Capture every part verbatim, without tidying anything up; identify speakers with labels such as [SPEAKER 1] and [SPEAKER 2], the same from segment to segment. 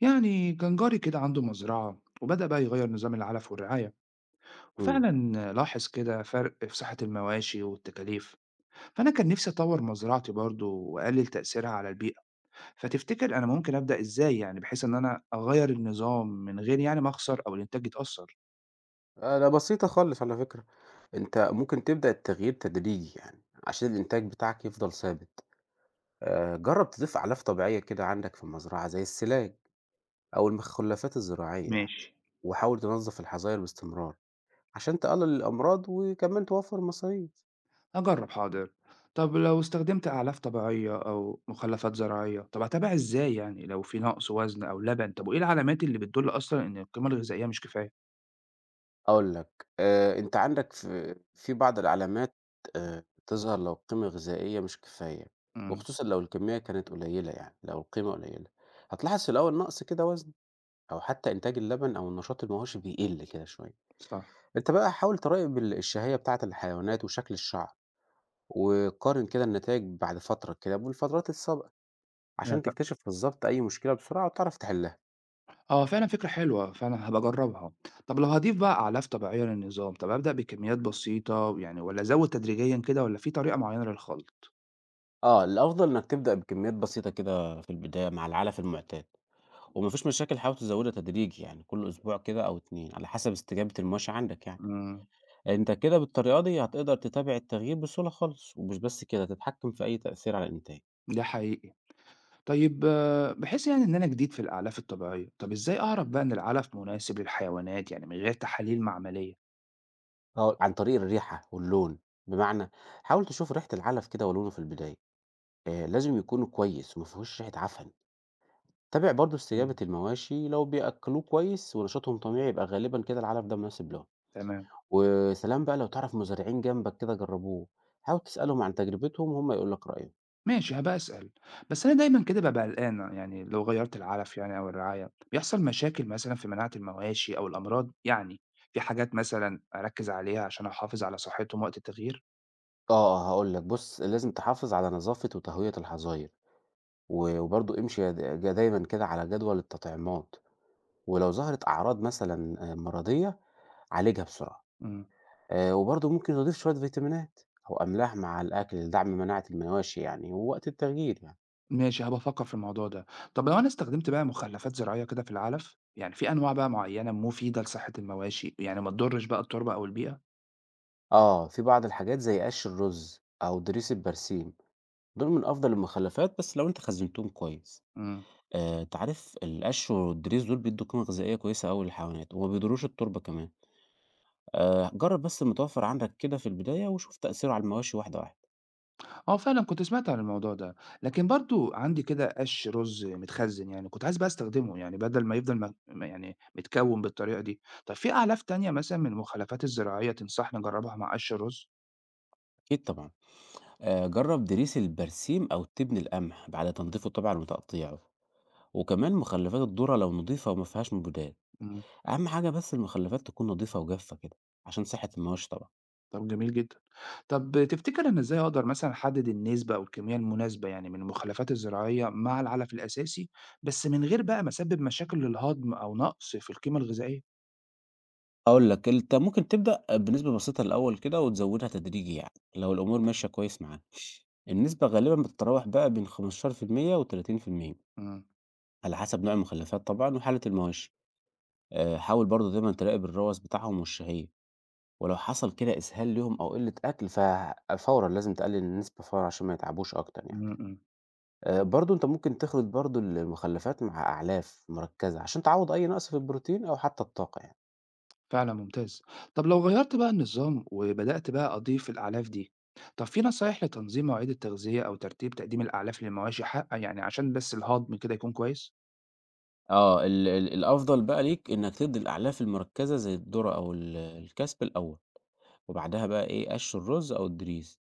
[SPEAKER 1] يعني كان جاري كده عنده مزرعة وبدأ بقى يغير نظام العلف والرعاية
[SPEAKER 2] إمم.
[SPEAKER 1] وفعلا لاحظ كده فرق في صحة المواشي والتكاليف. فأنا كان نفسي أطور مزرعتي برضو وأقلل تأثيرها على البيئة، فتفتكر أنا ممكن أبدأ إزاي يعني بحيث إن أنا أغير النظام من غير يعني ما أخسر أو الإنتاج يتأثر؟
[SPEAKER 2] آآ ده بسيطة خالص على فكرة، أنت ممكن تبدأ التغيير تدريجي يعني، عشان الإنتاج بتاعك يفضل ثابت. آآ جرّب تضيف أعلاف طبيعية كده عندك في المزرعة زي السِلاج أو المخلفات الزراعية يعني،
[SPEAKER 1] ماشي.
[SPEAKER 2] وحاول تنظّف الحظاير باستمرار، عشان تقلل الأمراض وكمان توفّر مصاريف.
[SPEAKER 1] أجرب حاضر. طب لو استخدمت أعلاف طبيعية أو مخلفات زراعية، طب أتابع إزاي يعني لو في نقص وزن أو لبن، طب وإيه العلامات اللي بتدل أصلا إن القيمة الغذائية مش كفاية؟
[SPEAKER 2] هاقول لك، آآ أنت عندك في في بعض العلامات آآ تظهر لو القيمة الغذائية مش كفاية،
[SPEAKER 1] امم.
[SPEAKER 2] وخصوصًا لو الكمية كانت قليلة يعني، لو القيمة قليلة، هتلاحظ في الأول نقص كده وزن. أو حتى إنتاج اللبن أو النشاط المواشي بيقل كده شوية.
[SPEAKER 1] صح.
[SPEAKER 2] أنت بقى حاول تراقب ال- الشهية بتاعة الحيوانات وشكل الشعر، وقارن كده النتائج بعد فترة كده بالفترات السابقة عشان تكتشف بالظبط أي مشكلة بسرعة وتعرف تحلها.
[SPEAKER 1] آه، فعلًا فكرة حلوة، فعلًا هابقى أجرّبها. طب لو هاضيف بقى أعلاف طبيعية للنظام، طب أبدأ بكميات بسيطة يعني والّا أزوّد تدريجيًا كده والّا في طريقة معيّنة للخلط؟
[SPEAKER 2] اه، الافضل انك تبدا بكميات بسيطه كده في البدايه مع العلف المعتاد، ومفيش مشاكل، حاول تزودها تدريجي يعني كل اسبوع كده او اتنين على حسب استجابه الماشي عندك يعني.
[SPEAKER 1] إمم.
[SPEAKER 2] انت كده بالطريقه دي هتقدر تتابع التغيير بسهوله خالص، ومش بس كده تتحكم في اي تاثير على الانتاج.
[SPEAKER 1] ده حقيقي. طيب، باحس يعني إن أنا جديد في الأعلاف الطبيعية، طب إزاي أعرف بقى إن العلف مناسب للحيوانات يعني من غير تحاليل معملية؟
[SPEAKER 2] آه، عن طريق الريحة واللون، بمعنى حاول تشوف ريحة العلف كده ولونه في البداية، آه، لازم يكون كويس وما فيهوش ريحة عفن، تابع برضو استجابة
[SPEAKER 1] إمم.
[SPEAKER 2] المواشي لو بيأكلوه كويس ونشاطهم طبيعي يبقى غالبا كده العلف ده مناسب لهم،
[SPEAKER 1] تمام.
[SPEAKER 2] وسلام بقى لو تعرف مزارعين جنبك كده جربوه، حاول تسألهم عن تجربتهم وهم يقول لك رأيهم.
[SPEAKER 1] ماشي، هابقى أسأل. بس أنا دايمًا كده بابقى قلقان، يعني لو غيّرت العلف يعني أو الرعاية، بيحصل مشاكل مثلًا في مناعة المواشي أو الأمراض؟ يعني في حاجات مثلًا أركّز عليها عشان أحافظ على صحتهم وقت التغيير؟
[SPEAKER 2] آه، آه، هقول لك بص لازم تحافظ على نظافة وتهوية الحظاير، و- وبرضو امشي يا- يا دايما كده على جدول التطعيمات، ولو ظهرت أعراض مثلا آه، مرضية عالجها بسرعة.
[SPEAKER 1] إمم.
[SPEAKER 2] آآ وبرضه ممكن نضيف شوية فيتامينات أو أملاح مع الأكل لدعم مناعة المواشي يعني ووقت التغيير يعني.
[SPEAKER 1] ماشي، هابقى أفكّر في الموضوع ده. طَب لو أنا استخدمت بقى مخلفات زراعية كده في العلف، يعني في أنواع بقى معيّنة مفيدة لصحة المواشي، يعني ما تضرش بقى التربة أو البيئة؟
[SPEAKER 2] آه، في بعض الحاجات زي قش الرز أو ضريس البرسيم، دول من أفضل المخلفات بس لو أنت خزنتهم كويس.
[SPEAKER 1] إمم.
[SPEAKER 2] آآ أنت عارف القش والضريس دول بيدّوا قيمة غذائية كويسة أوي للحيوانات وما بيضروش التربة كمان. آآ جرّب بس المتوفر عندك كده في البداية وشوف تأثيره على المواشي واحدة، واحدة.
[SPEAKER 1] آه فعلًا كنت سمعت عن الموضوع ده، لكن برضه عندي كده قَش رُز متخزّن يعني، كنت عايز بقى استخدمه يعني بدل ما يفضل م م يعني متكوّن بالطريقة دي. طب في أعلاف تانية مثلًا من المخلفات الزراعية تنصحني أجرّبها مع قَش الرُز؟
[SPEAKER 2] أكيد طبعًا. آآ جرّب ضريس البرسيم أو تبن القمح بعد تنضيفه طبعًا وتقطيعه، وكمان مخلفات الذرة لو نضيفة وما فيهاش مبيدات.
[SPEAKER 1] إمم.
[SPEAKER 2] أهم حاجة بس المخلفات تكون نضيفة وجافة كده عشان صحة المواشي طبعًا.
[SPEAKER 1] طب جميل جدًا. طب تفتكر أنا إزاي أقدر مثلًا أحدد النسبة أو الكمية المناسبة يعني من المخلفات الزراعية مع العلف الأساسي، بس من غير بقى ما أسبب مشاكل للهضم أو نقص في القيمة الغذائية؟
[SPEAKER 2] هاقول لك أنت ممكن تبدأ بنسبة بسيطة الأول كده وتزودها تدريجي يعني لو الأمور ماشية كويس معاك. النسبة غالبًا بتتراوح بقى بين خمستاشر في المية و30%
[SPEAKER 1] إمم،
[SPEAKER 2] على حسب نوع المخلفات طبعًا وحالة المواشي. آآ حاول برضه دايمًا تراقب الروث بتاعهم والشهية، ولو حصل كده إسهال ليهم أو قلة أكل ف فورًا لازم تقلل النسبة فورًا عشان ما يتعبوش أكتر يعني.
[SPEAKER 1] إمم، إمم.
[SPEAKER 2] آآ برضه أنت ممكن تخلِط برضه المخلّفات مع أعلاف مركّزة، عشان تعوّض أي نقص في البروتين أو حتى الطاقة يعني.
[SPEAKER 1] فعلا ممتاز. طب لو غيرت بقى النظام وبدأت بقى أضيف الأعلاف دي، طب في نصايح لتنظيم مواعيد التغذية أو ترتيب تقديم الأعلاف للمواشي حقا يعني عشان بس الهضم كده يكون كويس؟
[SPEAKER 2] آه، ال ال الأفضل بقى ليك إنّك تدّي الأعلاف المركّزة زي الذرة أو ال الكَسْب الأول، وبعدها بقى إيه، قَش الرُز أو الدِّريس،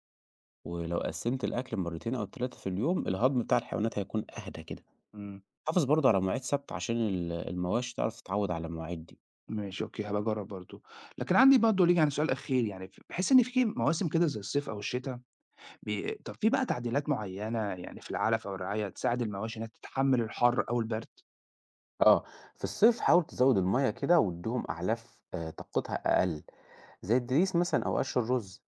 [SPEAKER 2] ولو قسّمت الأكل مرّتين أو تلاتة في اليوم، الهضم بتاع الحيوانات هيكون أهدى كده.
[SPEAKER 1] امم.
[SPEAKER 2] حافظ برضه على مواعيد ثابتة عشان ال المواشي تعرف تتعوّد على المواعيد دي.
[SPEAKER 1] ماشي أوكي، هبقى أجرب برضو. لكن عندي برضو ليك يعني سؤال أخير، يعني في- بحس إن في مواسم كده زي الصيف أو الشتاء بي... طب في بقى تعديلات معينة يعني في العلف أو الرعاية تساعد المواشي إنها تتحمل الحر أو البرد؟
[SPEAKER 2] آه، في الصيف حاول تزوّد المَيّة كده وادّيهم أعلاف آآ طاقتها أقل، زي الدِّريس مثلًا أو قَش الرُز.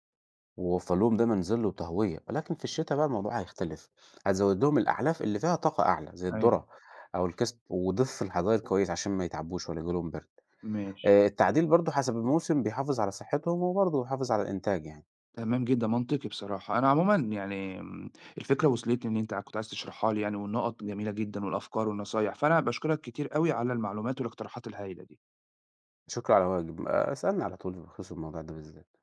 [SPEAKER 2] ووفر لهم دايمًا ظِل وطهوية، ولكن في الشتا بقى الموضوع هيختلف، هتزوّد لهم الأعلاف اللي فيها طاقة أعلى زي
[SPEAKER 1] ايوه.
[SPEAKER 2] الذرة أو الكسب، وضِف الحدايق كويس عشان ما يتعبوش ولا ييجي لهم برد.
[SPEAKER 1] ماشي.
[SPEAKER 2] آآ التعديل برضه حسب الموسم بيحافظ على صحتهم وبرضه بيحافظ على الإنتاج يعني.
[SPEAKER 1] تمام جدًا، منطقي بصراحة. أنا عمومًا يعني آمم، الفكرة وصلتني إن أنت كنت عايز تشرحها لي، يعني والنقط جميلة جدًا والأفكار والنصايح، فأنا باشكرك كتير أوي على المعلومات والاقتراحات الهايلة دي.
[SPEAKER 2] شكرًا على واجب، آآ اسألني على طول بخصوص الموضوع ده بالذات.